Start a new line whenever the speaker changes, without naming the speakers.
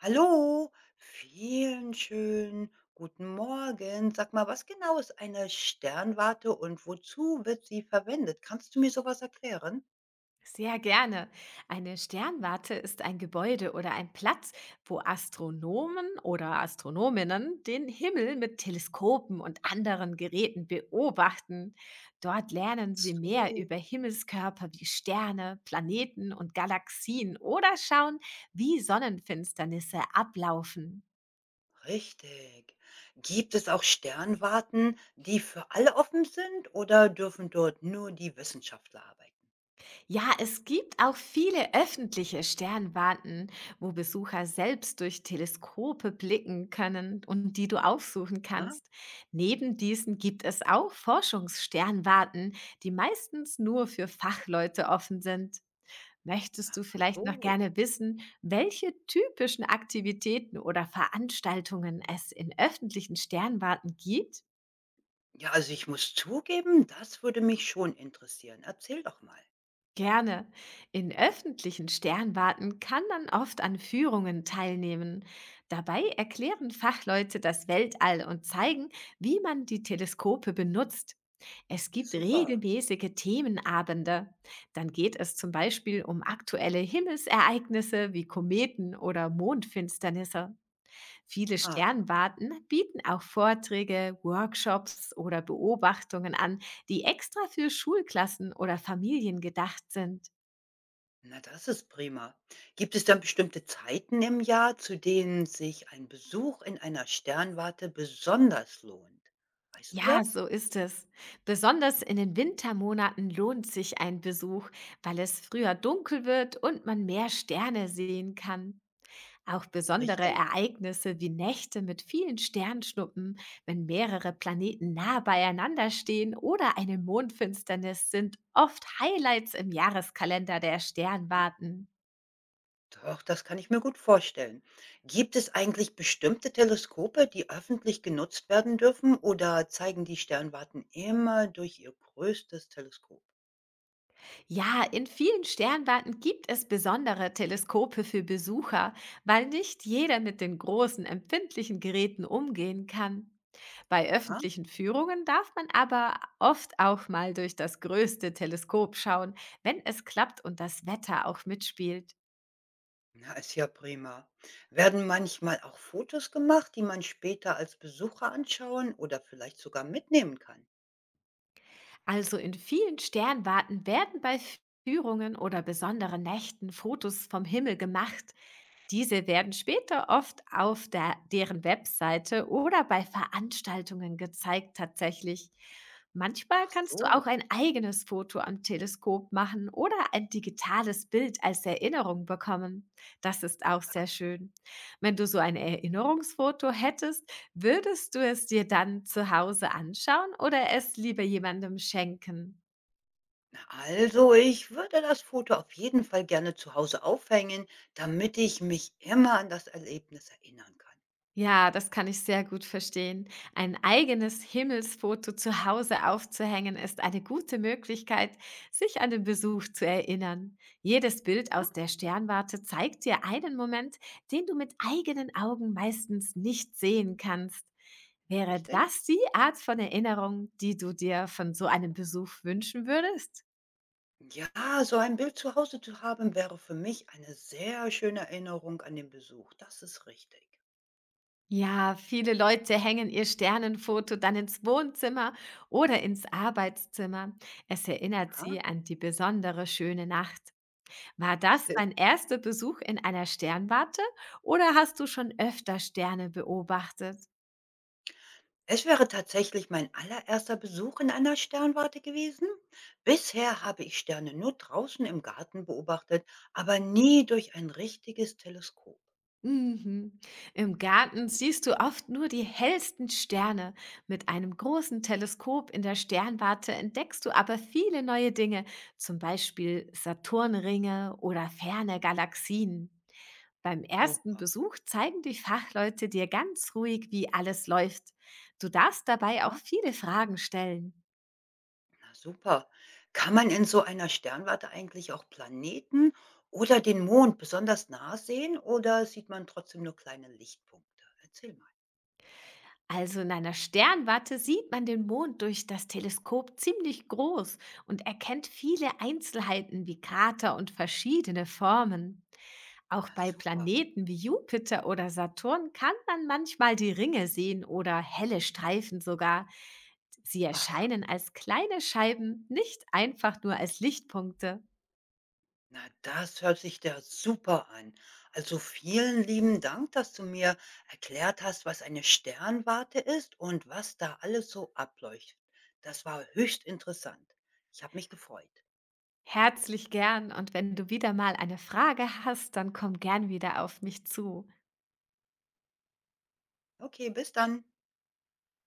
Hallo, vielen schönen guten Morgen. Sag mal, was genau ist eine Sternwarte und wozu wird sie verwendet? Kannst du mir sowas erklären?
Sehr gerne. Eine Sternwarte ist ein Gebäude oder ein Platz, wo Astronomen oder Astronominnen den Himmel mit Teleskopen und anderen Geräten beobachten. Dort lernen sie
So,
mehr über Himmelskörper wie Sterne, Planeten und Galaxien oder schauen, wie Sonnenfinsternisse ablaufen.
richtig. Gibt es auch Sternwarten, die für alle offen sind oder dürfen dort nur die Wissenschaftler arbeiten?
Ja, es gibt auch viele öffentliche Sternwarten, wo Besucher selbst durch Teleskope blicken können und die du aufsuchen
Ah,
kannst. Neben diesen gibt es auch Forschungssternwarten, die meistens nur für Fachleute offen sind. Möchtest du
ach
vielleicht noch
so.
gerne wissen, welche typischen Aktivitäten oder Veranstaltungen es in öffentlichen Sternwarten gibt?
Ja, also ich muss zugeben, das würde mich schon interessieren. Erzähl doch mal.
Gerne. In öffentlichen Sternwarten kann man oft an Führungen teilnehmen. Dabei erklären Fachleute das Weltall und zeigen, wie man die Teleskope benutzt. Es gibt
Super.
regelmäßige Themenabende. Dann geht es zum Beispiel um aktuelle Himmelsereignisse wie Kometen oder Mondfinsternisse. Viele
Ah.
Sternwarten bieten auch Vorträge, Workshops oder Beobachtungen an, die extra für Schulklassen oder Familien gedacht sind.
Na, das ist prima. Gibt es dann bestimmte Zeiten im Jahr, zu denen sich ein Besuch in einer Sternwarte besonders lohnt? Weißt du
Ja,
das?
so ist es. Besonders in den Wintermonaten lohnt sich ein Besuch, weil es früher dunkel wird und man mehr Sterne sehen kann. Auch besondere
Richtig?
Ereignisse wie Nächte mit vielen Sternschnuppen, wenn mehrere Planeten nah beieinander stehen oder eine Mondfinsternis, sind oft Highlights im Jahreskalender der
Ja.
Sternwarten.
Doch, das kann ich mir gut vorstellen. Gibt es eigentlich bestimmte Teleskope, die öffentlich genutzt werden dürfen, oder zeigen die Sternwarten immer durch ihr größtes Teleskop?
Ja, in vielen Sternwarten gibt es besondere Teleskope für Besucher, weil nicht jeder mit den großen empfindlichen Geräten umgehen kann. Bei
Aha,
öffentlichen Führungen darf man aber oft auch mal durch das größte Teleskop schauen, wenn es klappt und das Wetter auch mitspielt.
na, ist ja prima. Werden manchmal auch Fotos gemacht, die man später als Besucher anschauen oder vielleicht sogar mitnehmen kann?
Also in vielen Sternwarten werden bei Führungen oder besonderen Nächten Fotos vom Himmel gemacht. Diese werden später oft auf deren Webseite oder bei Veranstaltungen gezeigt, tatsächlich. Manchmal
Ach
kannst du auch
so.
ein eigenes Foto am Teleskop machen oder ein digitales Bild als Erinnerung bekommen. Das ist auch
Ja.
sehr schön. Wenn du so ein Erinnerungsfoto hättest, würdest du es dir dann zu Hause anschauen oder es lieber jemandem schenken?
Na, also, ich würde das Foto auf jeden Fall gerne zu Hause aufhängen, damit ich mich immer an das Erlebnis erinnern kann.
Ja, das kann ich sehr gut verstehen. Ein eigenes Himmelsfoto zu Hause aufzuhängen, ist eine gute Möglichkeit, sich an den Besuch zu erinnern. Jedes Bild
Ne,
aus der Sternwarte zeigt dir einen Moment, den du mit eigenen Augen meistens nicht sehen kannst. Wäre
richtig?
das die Art von Erinnerung, die du dir von so einem Besuch wünschen würdest?
Ja, so ein Bild zu Hause zu haben, wäre für mich eine sehr schöne Erinnerung an den Besuch. Das ist richtig.
Ja, viele Leute hängen ihr Sternenfoto dann ins Wohnzimmer oder ins Arbeitszimmer. Es erinnert
Aha,
sie an die besondere schöne Nacht. War das
richtig.
dein erster Besuch in einer Sternwarte oder hast du schon öfter Sterne beobachtet?
Es wäre tatsächlich mein allererster Besuch in einer Sternwarte gewesen. Bisher habe ich Sterne nur draußen im Garten beobachtet, aber nie durch ein richtiges Teleskop.
Mhm. Im Garten siehst du oft nur die hellsten Sterne. Mit einem großen Teleskop in der Sternwarte entdeckst du aber viele neue Dinge, zum Beispiel Saturnringe oder ferne Galaxien. Beim
Oh,
ersten Besuch zeigen die Fachleute dir ganz ruhig, wie alles läuft. Du darfst dabei auch
aha.
viele Fragen stellen.
Na super. Kann man in so einer Sternwarte eigentlich auch Planeten oder den Mond besonders nah sehen oder sieht man trotzdem nur kleine Lichtpunkte? Erzähl mal.
Also in einer Sternwarte sieht man den Mond durch das Teleskop ziemlich groß und erkennt viele Einzelheiten wie Krater und verschiedene Formen. Auch
Na
bei
super.
Planeten wie Jupiter oder Saturn kann man manchmal die Ringe sehen oder helle Streifen sogar. Sie
Ach,
erscheinen als kleine Scheiben, nicht einfach nur als Lichtpunkte.
na das hört sich ja super an. Also vielen lieben Dank, dass du mir erklärt hast, was eine Sternwarte ist und was da alles so ableuchtet. Das war höchst interessant. Ich habe mich gefreut.
Herzlich gern, und wenn du wieder mal eine Frage hast, dann komm gern wieder auf mich zu.
Okay, bis dann.